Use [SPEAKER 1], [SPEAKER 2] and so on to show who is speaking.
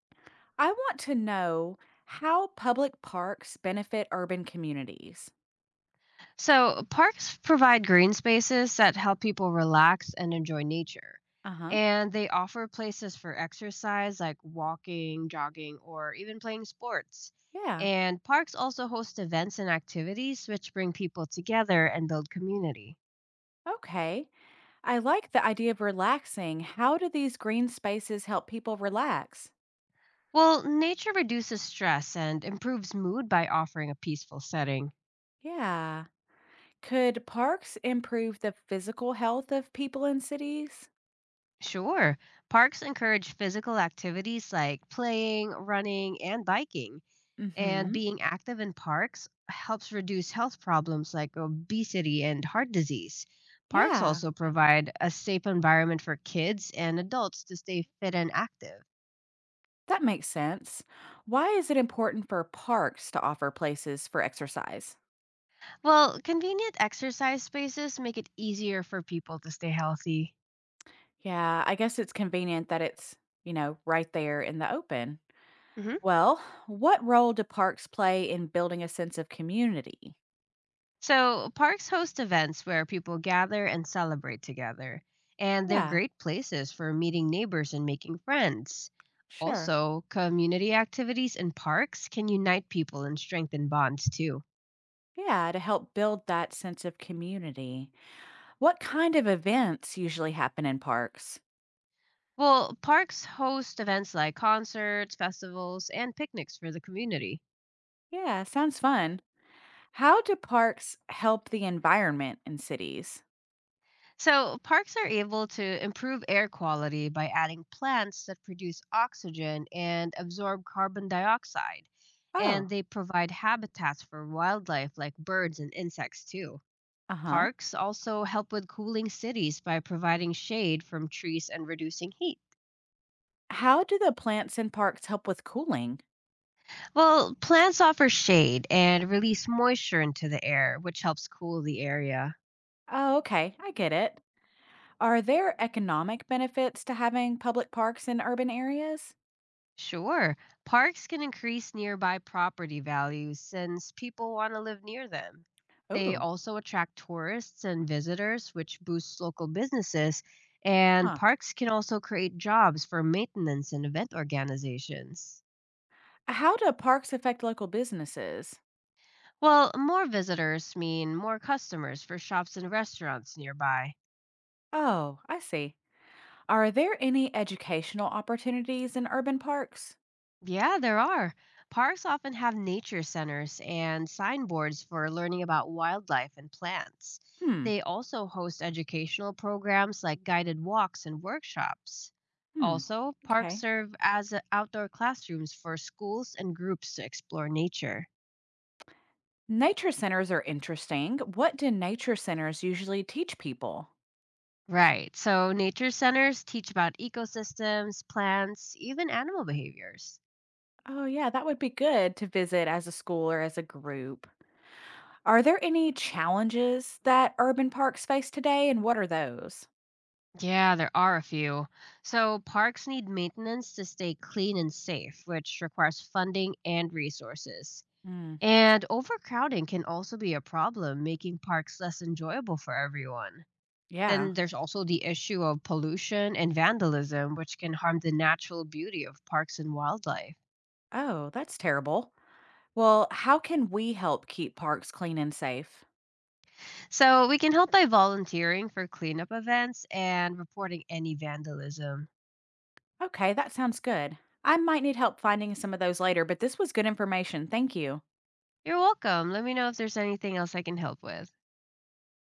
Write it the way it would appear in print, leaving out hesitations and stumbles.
[SPEAKER 1] I want to know how public parks benefit urban communities.
[SPEAKER 2] So, parks provide green spaces that help people relax and enjoy nature.
[SPEAKER 1] Uh huh.
[SPEAKER 2] And they offer places for exercise like walking, jogging, or even playing sports.
[SPEAKER 1] Yeah.
[SPEAKER 2] And parks also host events and activities which bring people together and build community.
[SPEAKER 1] Okay. I like the idea of relaxing. How do these green spaces help people relax?
[SPEAKER 2] Well, nature reduces stress and improves mood by offering a peaceful setting.
[SPEAKER 1] Yeah. Could parks improve the physical health of people in cities?
[SPEAKER 2] Sure, parks encourage physical activities like playing, running, and biking.
[SPEAKER 1] Mm
[SPEAKER 2] And
[SPEAKER 1] hmm.
[SPEAKER 2] being active in parks helps reduce health problems like obesity and heart disease. Parks
[SPEAKER 1] Yeah.
[SPEAKER 2] also provide a safe environment for kids and adults to stay fit and active.
[SPEAKER 1] That makes sense. Why is it important for parks to offer places for exercise?
[SPEAKER 2] Well, convenient exercise spaces make it easier for people to stay healthy.
[SPEAKER 1] Yeah, I guess it's convenient that it's, right there in the open.
[SPEAKER 2] Hmm.
[SPEAKER 1] Well, what role do parks play in building a sense of community?
[SPEAKER 2] So, parks host events where people gather and celebrate together, and they're
[SPEAKER 1] Yeah,
[SPEAKER 2] great places for meeting neighbors and making friends.
[SPEAKER 1] sure.
[SPEAKER 2] Also, community activities in parks can unite people and strengthen bonds too.
[SPEAKER 1] Yeah, to help build that sense of community. What kind of events usually happen in parks?
[SPEAKER 2] Well, parks host events like concerts, festivals, and picnics for the community.
[SPEAKER 1] Yeah, sounds fun. How do parks help the environment in cities?
[SPEAKER 2] So, parks are able to improve air quality by adding plants that produce oxygen and absorb carbon dioxide. And
[SPEAKER 1] Oh.
[SPEAKER 2] they provide habitats for wildlife like birds and insects, too.
[SPEAKER 1] Uh huh.
[SPEAKER 2] Parks also help with cooling cities by providing shade from trees and reducing heat.
[SPEAKER 1] How do the plants in parks help with cooling?
[SPEAKER 2] Well, plants offer shade and release moisture into the air, which helps cool the area.
[SPEAKER 1] Oh, okay, I get it. Are there economic benefits to having public parks in urban areas?
[SPEAKER 2] Sure. Parks can increase nearby property values since people want to live near them. They
[SPEAKER 1] Oh,
[SPEAKER 2] also attract tourists and visitors, which boosts local businesses. And
[SPEAKER 1] huh.
[SPEAKER 2] parks can also create jobs for maintenance and event organizations.
[SPEAKER 1] How do parks affect local businesses?
[SPEAKER 2] Well, more visitors mean more customers for shops and restaurants nearby.
[SPEAKER 1] Oh, I see. Are there any educational opportunities in urban parks?
[SPEAKER 2] Yeah, there are. Parks often have nature centers and signboards for learning about wildlife and plants.
[SPEAKER 1] Hmm.
[SPEAKER 2] They also host educational programs like guided walks and workshops.
[SPEAKER 1] Hmm.
[SPEAKER 2] Also, parks
[SPEAKER 1] Okay.
[SPEAKER 2] serve as outdoor classrooms for schools and groups to explore nature.
[SPEAKER 1] Nature centers are interesting. What do nature centers usually teach people?
[SPEAKER 2] Right, so nature centers teach about ecosystems, plants, even animal behaviors.
[SPEAKER 1] Oh, yeah, that would be good to visit as a school or as a group. Are there any challenges that urban parks face today, and what are those?
[SPEAKER 2] Yeah, there are a few. So, parks need maintenance to stay clean and safe, which requires funding and resources.
[SPEAKER 1] Mm,
[SPEAKER 2] And overcrowding can also be a problem, making parks less enjoyable for everyone.
[SPEAKER 1] yeah.
[SPEAKER 2] Then there's also the issue of pollution and vandalism, which can harm the natural beauty of parks and wildlife.
[SPEAKER 1] Oh, that's terrible. Well, how can we help keep parks clean and safe?
[SPEAKER 2] So, we can help by volunteering for cleanup events and reporting any vandalism.
[SPEAKER 1] Okay, that sounds good. I might need help finding some of those later, but this was good information. Thank you.
[SPEAKER 2] You're welcome. Let me know if there's anything else I can help with.